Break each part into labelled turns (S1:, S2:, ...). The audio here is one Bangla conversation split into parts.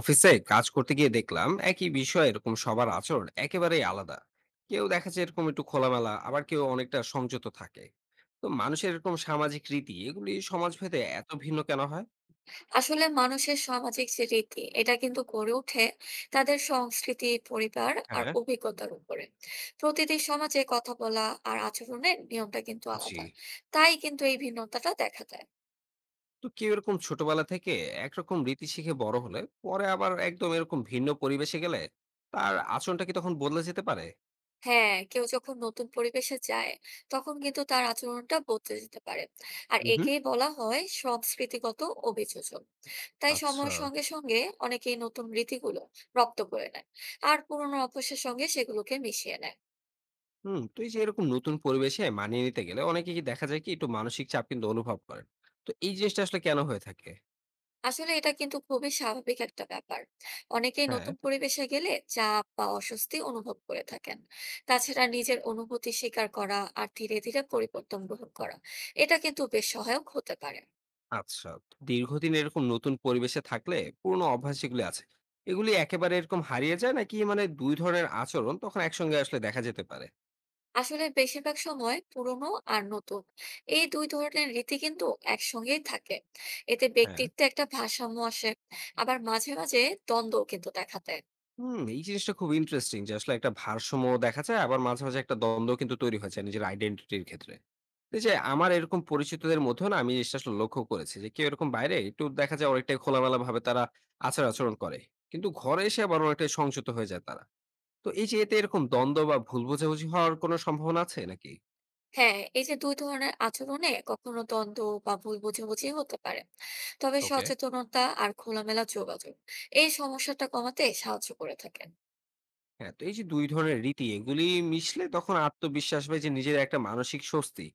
S1: অফিসে কাজ করতে গিয়ে দেখলাম একই বিষয়ে এরকম সবার আচরণ একেবারেই আলাদা। কেউ দেখা যায় এরকম একটু খোলামেলা, আবার কেউ অনেকটা সংযত থাকে। তো মানুষের এরকম সামাজিক রীতি এগুলি সমাজ ভেদে এত ভিন্ন কেন হয়?
S2: আসলে মানুষের সামাজিক যে রীতি এটা কিন্তু গড়ে ওঠে তাদের সংস্কৃতি পরিবার আর
S1: হ্যাঁ।
S2: অভিজ্ঞতার উপরে। প্রতিটি সমাজে কথা বলা আর আচরণের নিয়মটা কিন্তু
S1: জি।
S2: আলাদা, তাই কিন্তু এই ভিন্নতাটা দেখা যায়।
S1: তো কেউ এরকম ছোটবেলা থেকে একরকম রীতি শিখে বড় হলে পরে আবার একদম এরকম ভিন্ন পরিবেশে গেলে তার আচরণটা কি তখন বদলে যেতে পারে?
S2: হ্যাঁ, কেউ যখন নতুন পরিবেশে যায় তখন কিন্তু তার আচরণটা বদলে যেতে পারে, আর
S1: হুম হুম
S2: একেই বলা হয় সংস্কৃতিগত অভিযোজন। তাই
S1: আচ্ছা।
S2: সময়ের সঙ্গে সঙ্গে অনেকেই নতুন রীতিগুলো রপ্ত করে নেয় আর পুরোনো অভ্যাসের সঙ্গে সেগুলোকে মিশিয়ে নেয়।
S1: হুম, তো এই যে এরকম নতুন পরিবেশে মানিয়ে নিতে গেলে অনেকে কি দেখা যায় কি একটু মানসিক চাপ কিন্তু অনুভব করেন? তো এই জিনিসটা আসলে কেন হয়ে থাকে?
S2: আসলে এটা কিন্তু খুবই স্বাভাবিক একটা ব্যাপার, অনেকেই
S1: হ্যাঁ।
S2: নতুন পরিবেশে গেলে চাপ বা অস্বস্তি অনুভব করে থাকেন। তাছাড়া নিজের অনুভূতি স্বীকার করা আর ধীরে ধীরে পরিবর্তন গ্রহণ করা, এটা কিন্তু বেশ সহায়ক হতে পারে।
S1: আচ্ছা। তো দীর্ঘদিন এরকম নতুন পরিবেশে থাকলে পুরোনো অভ্যাস যেগুলি আছে, এগুলি একেবারে এরকম হারিয়ে যায় নাকি মানে ২ ধরনের আচরণ তখন একসঙ্গে আসলে দেখা যেতে পারে?
S2: আসলে বেশিরভাগ সময় পুরনো আর নতুন এই দুই ধরনের রীতি কিন্তু একসঙ্গেই থাকে, এতে
S1: হ্যাঁ।
S2: ব্যক্তিত্বে একটা ভারসাম্য আসে। আবার মাঝে মাঝে দ্বন্দ্বও কিন্তু দেখা দেয়।
S1: হুম, এই জিনিসটা খুব ইন্টারেস্টিং যে আসলে একটা ভারসাম্য দেখা যায় আবার মাঝে, মাঝে একটা দ্বন্দ্ব কিন্তু তৈরি হয়ে যায় নিজের আইডেন্টিটির ক্ষেত্রে। এই যে আমার এরকম পরিচিতদের মধ্যেও না আমি জিনিসটা আসলে লক্ষ্য করেছি যে কেউ এরকম বাইরে একটু দেখা যায় অনেকটাই খোলামেলা ভাবে তারা আচার-আচরণ করে। কিন্তু ঘরে এসে আবার অনেকটাই সংযত হয়ে যায় তারা। তো এই যে এতে এরকম দ্বন্দ্ব বা ভুল বোঝাবুঝি হওয়ার কোনো সম্ভাবনা আছে নাকি?
S2: হ্যাঁ, এই যে দুই ধরনের আচরণে কখনো দ্বন্দ্ব বা ভুল বোঝাবুঝি হতে পারে, তবে
S1: ওকে।
S2: সচেতনতা আর খোলামেলা যোগাযোগ এই সমস্যাটা কমাতে সাহায্য করে থাকেন।
S1: হ্যাঁ, তো এই যে দুই ধরনের রীতি এগুলি মিশলে তখন আত্মবিশ্বাস বা এই যে নিজের একটা মানসিক স্বস্তি,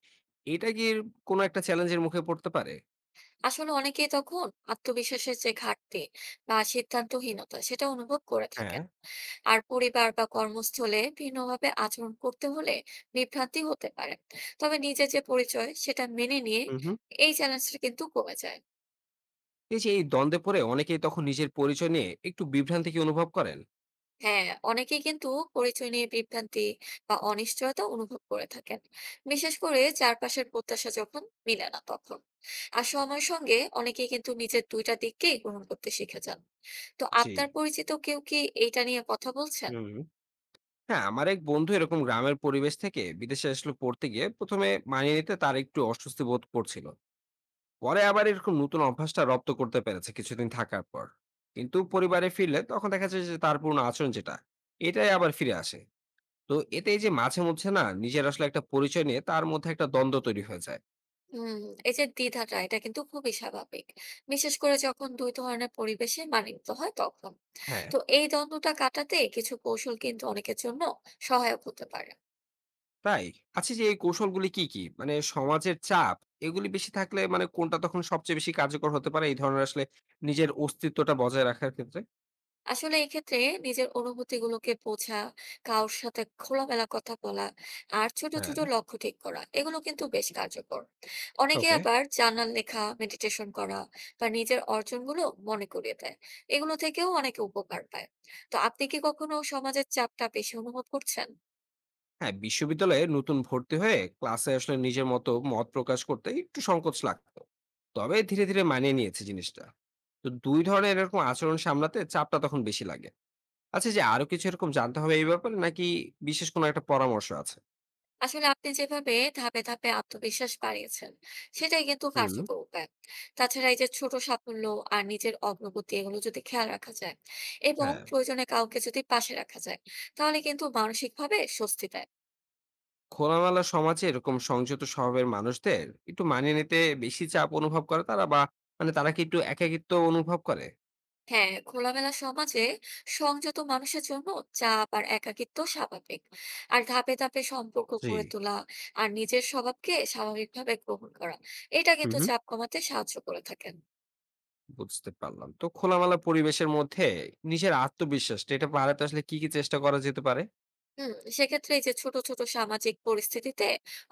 S1: এটা কি কোনো একটা চ্যালেঞ্জের মুখে পড়তে পারে?
S2: আসলে অনেকেই তখন আত্মবিশ্বাসের যে ঘাটতি বা সিদ্ধান্তহীনতা সেটা অনুভব করে
S1: হ্যাঁ।
S2: থাকেন। আর পরিবার বা কর্মস্থলে ভিন্নভাবে আচরণ করতে হলে বিভ্রান্তি হতে পারে, তবে নিজের যে পরিচয় সেটা মেনে নিয়ে
S1: হুম হুম
S2: এই চ্যালেঞ্জটা কিন্তু কমে যায়।
S1: এই যে এই দ্বন্দ্বে পড়ে অনেকেই তখন নিজের পরিচয় নিয়ে একটু বিভ্রান্তি কি অনুভব করেন?
S2: হ্যাঁ, অনেকেই কিন্তু পরিচয় নিয়ে বিভ্রান্তি বা অনিশ্চয়তা অনুভব করে থাকেন, বিশেষ করে চারপাশের প্রত্যাশা যখন মিলে না তখন। আর সময়ের সঙ্গে অনেকেই কিন্তু নিজের দুইটা দিককেই গ্রহণ করতে শিখে যান। তো
S1: জি।
S2: আপনার পরিচিত কেউ কি এইটা নিয়ে কথা বলছেন?
S1: হুম। হ্যাঁ, আমার এক বন্ধু এরকম গ্রামের পরিবেশ থেকে বিদেশে আসলে পড়তে গিয়ে প্রথমে মানিয়ে নিতে তার একটু অস্বস্তি বোধ করছিল। পরে আবার এরকম নতুন অভ্যাসটা রপ্ত করতে পেরেছে কিছুদিন থাকার পর। কিন্তু পরিবারে ফিরলে তখন দেখা যায় যে তার পুরনো আচরণ যেটা, এটাই আবার ফিরে আসে। তো এতে এই যে মাঝে মধ্যে না নিজের আসলে একটা পরিচয় নিয়ে তার মধ্যে একটা দ্বন্দ্ব তৈরি হয়ে যায়।
S2: হুম, এই যে দ্বিধাটা এটা কিন্তু খুবই স্বাভাবিক, বিশেষ করে যখন দুই ধরনের পরিবেশে মানিয়ে নিতে হয় তখন।
S1: হ্যাঁ।
S2: তো এই দ্বন্দ্বটা কাটাতে কিছু কৌশল কিন্তু অনেকের জন্য সহায়ক হতে পারে।
S1: তাই? আচ্ছা, যে এই কৌশলগুলি কি কি, মানে সমাজের চাপ এগুলি বেশি থাকলে মানে কোনটা তখন সবচেয়ে বেশি কার্যকর হতে পারে এই ধরনের আসলে নিজের অস্তিত্বটা বজায় রাখার ক্ষেত্রে?
S2: আসলে এক্ষেত্রে নিজের অনুভূতিগুলোকে বোঝা, কারোর সাথে খোলামেলা কথা বলা আর ছোট
S1: হ্যাঁ।
S2: ছোট লক্ষ্য ঠিক করা, এগুলো কিন্তু বেশ কার্যকর। অনেকে
S1: ওকে।
S2: আবার জার্নাল লেখা, মেডিটেশন করা বা নিজের অর্জনগুলো মনে করিয়ে দেয়, এগুলো থেকেও অনেকে উপকার পায়। তো আপনি কি কখনো সমাজের চাপটা বেশি অনুভব করছেন?
S1: হ্যাঁ, বিশ্ববিদ্যালয়ে নতুন ভর্তি হয়ে ক্লাসে আসলে নিজের মতো মত প্রকাশ করতে একটু সংকোচ লাগতো। তবে ধীরে ধীরে মানিয়ে নিয়েছে জিনিসটা। তো দুই ধরনের এরকম আচরণ সামলাতে চাপটা তখন বেশি লাগে। আচ্ছা, এই যে আরো কিছু এরকম জানতে হবে এই ব্যাপারে নাকি বিশেষ কোনো একটা পরামর্শ আছে?
S2: আসলে আপনি যেভাবে ধাপে ধাপে আত্মবিশ্বাস বাড়িয়েছেন সেটাই কিন্তু
S1: হুম।
S2: কার্যকর উপায়। তাছাড়া এই যে ছোট সাফল্য আর নিজের অগ্রগতি, এগুলো যদি খেয়াল রাখা যায় এবং
S1: হ্যাঁ,
S2: প্রয়োজনে কাউকে যদি পাশে রাখা যায়, তাহলে কিন্তু মানসিক ভাবে স্বস্তি দেয়।
S1: খোলামেলা সমাজে এরকম সংযত স্বভাবের মানুষদের একটু মানিয়ে নিতে বেশি চাপ অনুভব করে তারা, বা মানে তারা কি একটু একাকিত্ব অনুভব করে?
S2: হ্যাঁ, খোলামেলা সমাজে সংযত মানুষের জন্য চাপ আর একাকিত্ব স্বাভাবিক। আর ধাপে ধাপে সম্পর্ক
S1: জি।
S2: গড়ে তোলা আর নিজের স্বভাবকে স্বাভাবিকভাবে গ্রহণ করা, এটা
S1: হুম
S2: কিন্তু
S1: হুম
S2: চাপ কমাতে সাহায্য করে থাকেন।
S1: বুঝতে পারলাম। তো খোলামেলা পরিবেশের মধ্যে নিজের আত্মবিশ্বাসটা এটা বাড়াতে আসলে কি কি চেষ্টা করা যেতে পারে?
S2: হুম, সেক্ষেত্রে এই যে ছোট ছোট সামাজিক পরিস্থিতিতে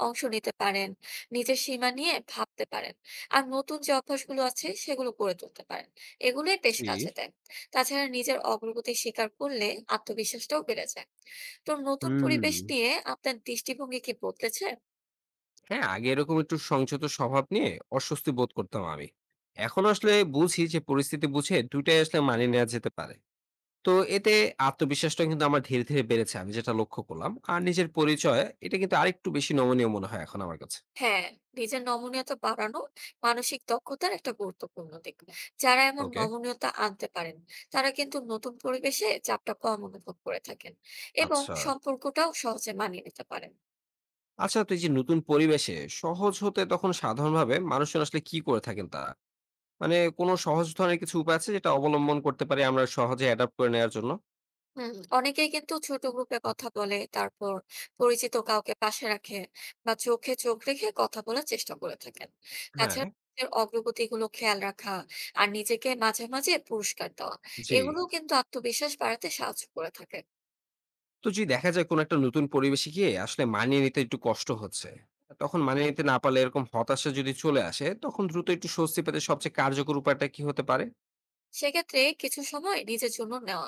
S2: অংশ নিতে পারেন, নিজের সীমা নিয়ে ভাবতে পারেন, আর নতুন যে অভ্যাসগুলো আছে সেগুলো গড়ে তুলতে পারেন। এগুলোই বেশ
S1: জি।
S2: কাজে দেয়। তাছাড়া নিজের অগ্রগতি স্বীকার করলে আত্মবিশ্বাসটাও বেড়ে যায়। তো নতুন
S1: হুম।
S2: পরিবেশ নিয়ে আপনার দৃষ্টিভঙ্গি কি বদলেছে?
S1: হ্যাঁ, আগে এরকম একটু সংযত স্বভাব নিয়ে অস্বস্তি বোধ করতাম আমি। এখন আসলে বুঝি যে পরিস্থিতি বুঝে দুইটাই আসলে মানিয়ে নেওয়া যেতে পারে। তো এতে আত্মবিশ্বাসটা কিন্তু আমার ধীরে ধীরে বেড়েছে আমি যেটা লক্ষ্য করলাম। আর নিজের পরিচয় এটা কিন্তু আরেকটু বেশি নমনীয় মনে হয় এখন আমার কাছে।
S2: হ্যাঁ, নিজের নমনীয়তা বাড়ানো মানসিক দক্ষতার একটা গুরুত্বপূর্ণ দিক। যারা এমন
S1: ওকে।
S2: নমনীয়তা আনতে পারেন, তারা কিন্তু নতুন পরিবেশে চাপটা কম অনুভব করে থাকেন এবং
S1: আচ্ছা।
S2: সম্পর্কটাও সহজে মানিয়ে নিতে পারেন।
S1: আচ্ছা, তো এই যে নতুন পরিবেশে সহজ হতে তখন সাধারণভাবে মানুষজন আসলে কি করে থাকেন তারা? মানে কোন সহজ ধরনের কিছু উপায় আছে যেটা অবলম্বন করতে পারি আমরা সহজে অ্যাডপ্ট করে নেয়ার জন্য?
S2: হুম, অনেকেই কিন্তু ছোট গ্রুপে কথা বলে, তারপর পরিচিত কাউকে পাশে রাখে বা চোখে চোখ রেখে কথা বলার চেষ্টা করে থাকেন।
S1: হ্যাঁ।
S2: তাছাড়া নিজের অগ্রগতিগুলো খেয়াল রাখা আর নিজেকে মাঝে মাঝে পুরস্কার দেওয়া,
S1: জি।
S2: এগুলোও কিন্তু আত্মবিশ্বাস বাড়াতে সাহায্য করে থাকে।
S1: তো যদি দেখা যায় কোন একটা নতুন পরিবেশে গিয়ে আসলে মানিয়ে নিতে একটু কষ্ট হচ্ছে। তখন মানিয়ে নিতে না পারলে এরকম হতাশা যদি চলে আসে তখন দ্রুত একটু স্বস্তি পেতে সবচেয়ে কার্যকর উপায়টা কি হতে পারে?
S2: সেক্ষেত্রে কিছু সময় নিজের জন্য নেওয়া,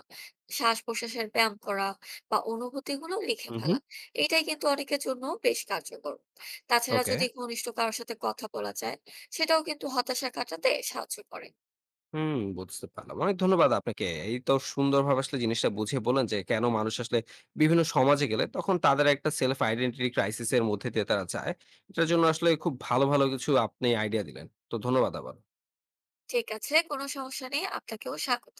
S2: শ্বাস প্রশ্বাসের ব্যায়াম করা বা অনুভূতি গুলো লিখে
S1: হুম।
S2: ফেলা, এটাই কিন্তু অনেকের জন্য বেশ কার্যকর। তাছাড়া
S1: ওকে।
S2: যদি ঘনিষ্ঠ কারোর সাথে কথা বলা যায়, সেটাও কিন্তু হতাশা কাটাতে সাহায্য করে।
S1: হুম, বুঝতে পারলাম। অনেক ধন্যবাদ আপনাকে। এই তো সুন্দরভাবে আসলে জিনিসটা বুঝিয়ে বললেন যে কেন মানুষ আসলে বিভিন্ন সমাজে গেলে তখন তাদের একটা সেলফ আইডেন্টিটি ক্রাইসিস এর মধ্যে দিয়ে তারা যায়। এটার জন্য আসলে খুব ভালো, ভালো কিছু আপনি আইডিয়া দিলেন। তো ধন্যবাদ আবার।
S2: ঠিক আছে, কোনো সমস্যা নেই, আপনাকেও স্বাগত।